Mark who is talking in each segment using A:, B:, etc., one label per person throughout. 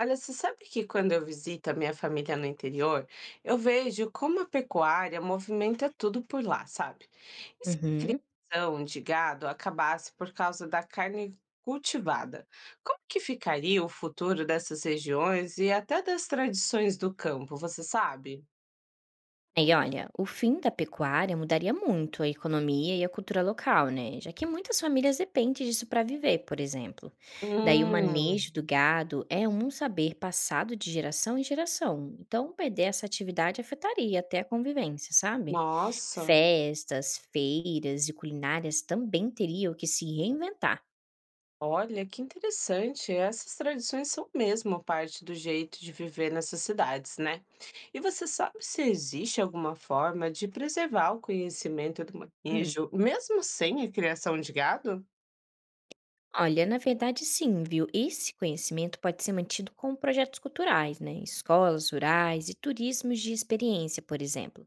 A: Olha, você sabe que quando eu visito a minha família no interior, eu vejo como a pecuária movimenta tudo por lá, sabe? E se
B: Uhum.
A: a ração de gado acabasse por causa da carne cultivada, como que ficaria o futuro dessas regiões e até das tradições do campo, você sabe?
B: E olha, o fim da pecuária mudaria muito a economia e a cultura local, né? Já que muitas famílias dependem disso para viver, por exemplo. Daí o
A: Hum,
B: manejo do gado é um saber passado de geração em geração. Então, perder essa atividade afetaria até a convivência, sabe?
A: nossa.
B: Festas, feiras e culinárias também teriam que se reinventar.
A: Olha, que interessante. Essas tradições são mesmo parte do jeito de viver nessas cidades, né? E você sabe se existe alguma forma de preservar o conhecimento do manejo, mesmo sem a criação de gado?
B: Olha, na verdade, sim, viu? Esse conhecimento pode ser mantido com projetos culturais, né? Escolas rurais e turismos de experiência, por exemplo.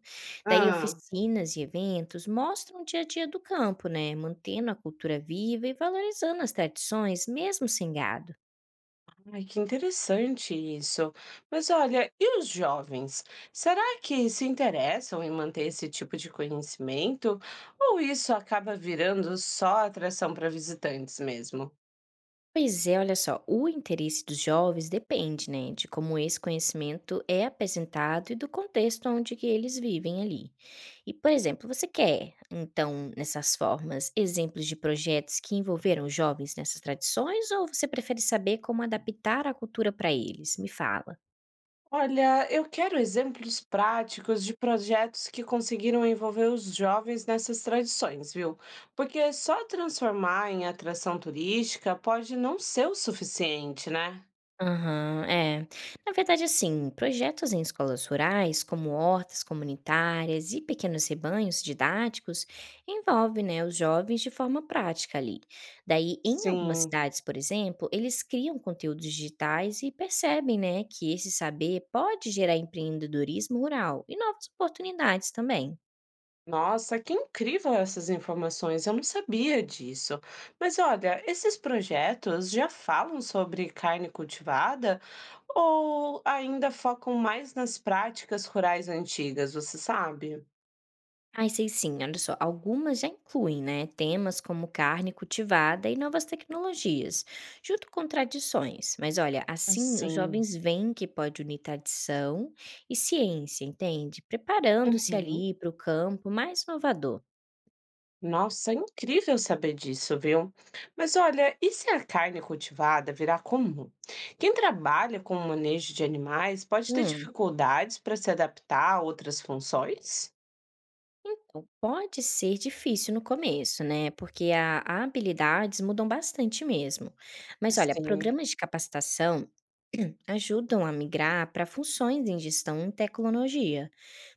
B: Daí,
A: Ah,
B: oficinas e eventos mostram o dia a dia do campo, né? Mantendo a cultura viva e valorizando as tradições, mesmo sem gado.
A: ai, que interessante isso. Mas olha, e os jovens? Será que se interessam em manter esse tipo de conhecimento? Ou isso acaba virando só atração para visitantes mesmo?
B: Pois é, olha só, o interesse dos jovens depende, né, de como esse conhecimento é apresentado e do contexto onde que eles vivem ali. E, por exemplo, você quer, então, nessas formas, exemplos de projetos que envolveram os jovens nessas tradições ou você prefere saber como adaptar a cultura para eles? Me fala.
A: Olha, eu quero exemplos práticos de projetos que conseguiram envolver os jovens nessas tradições, viu? Porque só transformar em atração turística pode não ser o suficiente, né?
B: Aham, é. Na verdade, assim, projetos em escolas rurais, como hortas comunitárias e pequenos rebanhos didáticos, envolvem, né, os jovens de forma prática ali. Daí, em algumas
A: Sim.
B: cidades, por exemplo, eles criam conteúdos digitais e percebem, né, que esse saber pode gerar empreendedorismo rural e novas oportunidades também.
A: Nossa, que incrível essas informações, eu não sabia disso. Mas olha, esses projetos já falam sobre carne cultivada ou ainda focam mais nas práticas rurais antigas, você sabe?
B: Ai, sei sim, olha só. Algumas já incluem, né, temas como carne cultivada e novas tecnologias, junto com tradições. Mas olha, assim os
A: Assim.
B: jovens veem que pode unir tradição e ciência, entende? Preparando-se
A: Uhum.
B: ali para o campo mais inovador.
A: Nossa, é incrível saber disso, viu? Mas olha, e se a carne cultivada virar comum? Quem trabalha com o manejo de animais pode ter
B: Hum,
A: dificuldades para se adaptar a outras funções?
B: então, pode ser difícil no começo, né? Porque a habilidades mudam bastante mesmo. Mas olha,
A: Assim,
B: programas de capacitação ajudam a migrar para funções em gestão e tecnologia,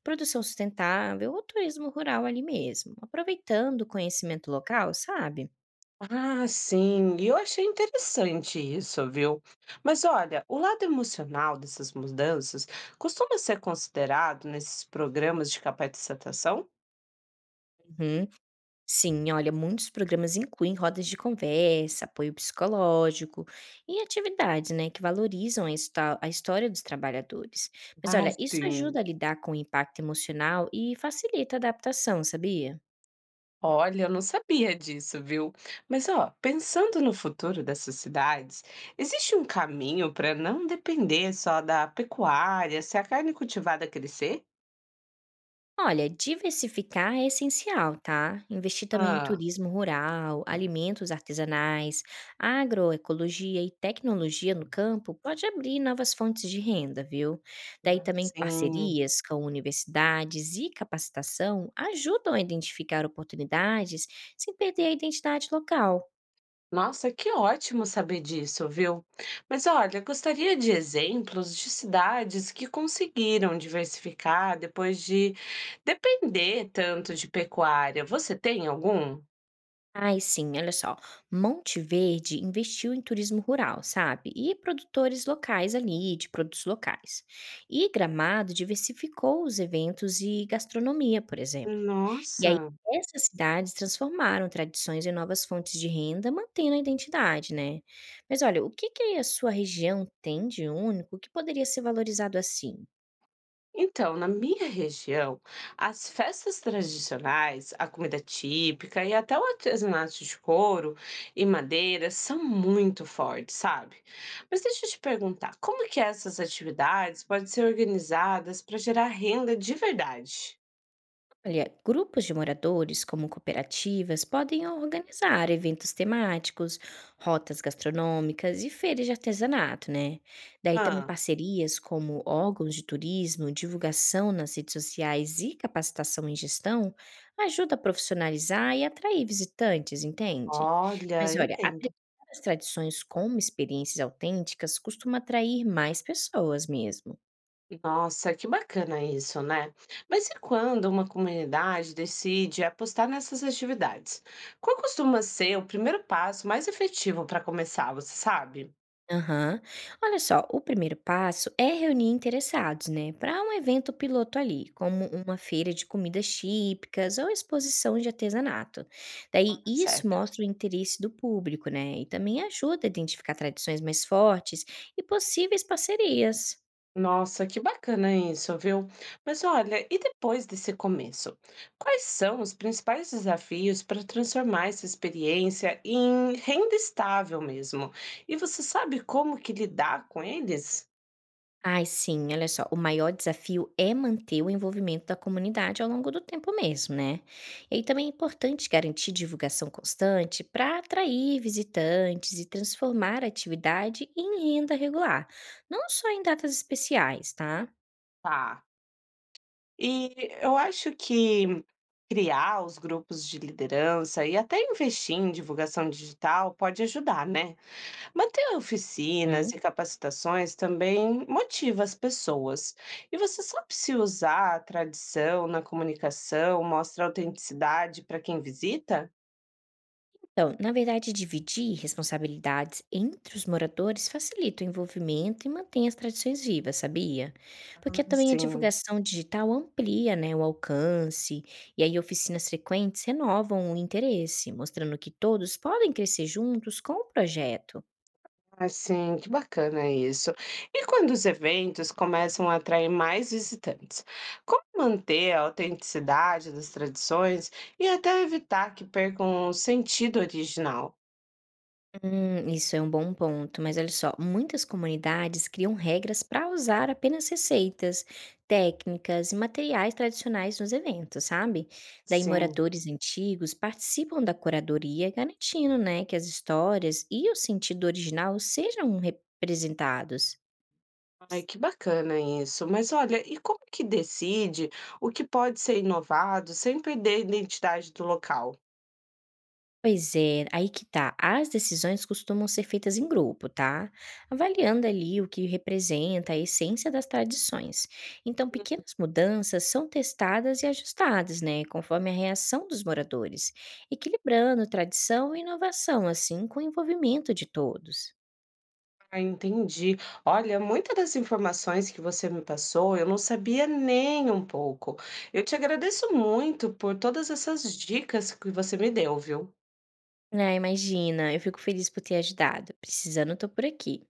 B: produção sustentável ou turismo rural ali mesmo, aproveitando o conhecimento local, sabe?
A: ah, sim, e eu achei interessante isso, viu? Mas olha, o lado emocional dessas mudanças costuma ser considerado nesses programas de capacitação?
B: Uhum. Sim, olha, muitos programas incluem rodas de conversa, apoio psicológico e atividades, né, que valorizam a, a história dos trabalhadores. Mas
A: Ah,
B: olha, isso
A: sim.
B: ajuda a lidar com o impacto emocional e facilita a adaptação, sabia?
A: Olha, eu não sabia disso, viu? Mas ó, pensando no futuro dessas cidades, existe um caminho para não depender só da pecuária, se a carne cultivada crescer?
B: Olha, diversificar é essencial, tá? Investir também em
A: Ah,
B: turismo rural, alimentos artesanais, agroecologia e tecnologia no campo pode abrir novas fontes de renda, viu? Daí também
A: sim.
B: parcerias com universidades e capacitação ajudam a identificar oportunidades sem perder a identidade local.
A: Nossa, que ótimo saber disso, viu? Mas olha, gostaria de exemplos de cidades que conseguiram diversificar depois de depender tanto de pecuária. Você tem algum?
B: Ai, sim, olha só. Monte Verde investiu em turismo rural, sabe? E produtores locais ali, de produtos locais. E Gramado diversificou os eventos e gastronomia, por exemplo. E aí,
A: Nossa.
B: essas cidades transformaram tradições em novas fontes de renda, mantendo a identidade, né? Mas olha, o que que a sua região tem de único que poderia ser valorizado assim?
A: Então, na minha região, as festas tradicionais, a comida típica e até o artesanato de couro e madeira são muito fortes, sabe? Mas deixa eu te perguntar, como que essas atividades podem ser organizadas para gerar renda de verdade?
B: Olha, grupos de moradores, como cooperativas, podem organizar eventos temáticos, rotas gastronômicas e feiras de artesanato, né? Daí também
A: Ah,
B: parcerias como órgãos de turismo, divulgação nas redes sociais e capacitação em gestão ajuda a profissionalizar e atrair visitantes, entende? Mas
A: olha,
B: olha,
A: entendo.
B: apresentar as tradições como experiências autênticas costuma atrair mais pessoas mesmo.
A: Nossa, que bacana isso, né? Mas e quando uma comunidade decide apostar nessas atividades? Qual costuma ser o primeiro passo mais efetivo para começar, você sabe?
B: Aham. Olha só, o primeiro passo é reunir interessados, né, para um evento piloto ali, como uma feira de comidas típicas ou exposição de artesanato.
A: Ah,
B: Daí isso
A: certo.
B: mostra o interesse do público, né, e também ajuda a identificar tradições mais fortes e possíveis parcerias.
A: Nossa, que bacana isso, viu? Mas olha, e depois desse começo? Quais são os principais desafios para transformar essa experiência em renda estável mesmo? E você sabe como que lidar com eles?
B: Ai, sim, olha só, o maior desafio é manter o envolvimento da comunidade ao longo do tempo mesmo, né? E aí também é importante garantir divulgação constante para atrair visitantes e transformar a atividade em renda regular, não só em datas especiais, tá?
A: Tá. E eu acho que criar os grupos de liderança e até investir em divulgação digital pode ajudar, né? Manter oficinas
B: Hum.
A: e capacitações também motiva as pessoas. E você sabe se usar a tradição na comunicação mostra autenticidade para quem visita?
B: Então, na verdade, dividir responsabilidades entre os moradores facilita o envolvimento e mantém as tradições vivas, sabia? Porque também a
A: Sim.
B: divulgação digital amplia, né, o alcance, e aí oficinas frequentes renovam o interesse, mostrando que todos podem crescer juntos com o projeto.
A: Assim, que bacana isso. E quando os eventos começam a atrair mais visitantes, como manter a autenticidade das tradições e até evitar que percam o sentido original?
B: Isso é um bom ponto, mas olha só, muitas comunidades criam regras para usar apenas receitas, técnicas e materiais tradicionais nos eventos, sabe? Daí
A: Sim,
B: moradores antigos participam da curadoria, garantindo, né, que as histórias e o sentido original sejam representados.
A: ai, que bacana isso. Mas olha, e como que decide o que pode ser inovado sem perder a identidade do local?
B: Pois é, aí que tá. As decisões costumam ser feitas em grupo, tá? Avaliando ali o que representa a essência das tradições. Então, pequenas mudanças são testadas e ajustadas, né, conforme a reação dos moradores, equilibrando tradição e inovação, assim, com o envolvimento de todos.
A: Ah, entendi. Olha, muitas das informações que você me passou, eu não sabia nem um pouco. Eu te agradeço muito por todas essas dicas que você me deu, viu?
B: Ah, imagina, eu fico feliz por ter ajudado. Precisando, tô por aqui.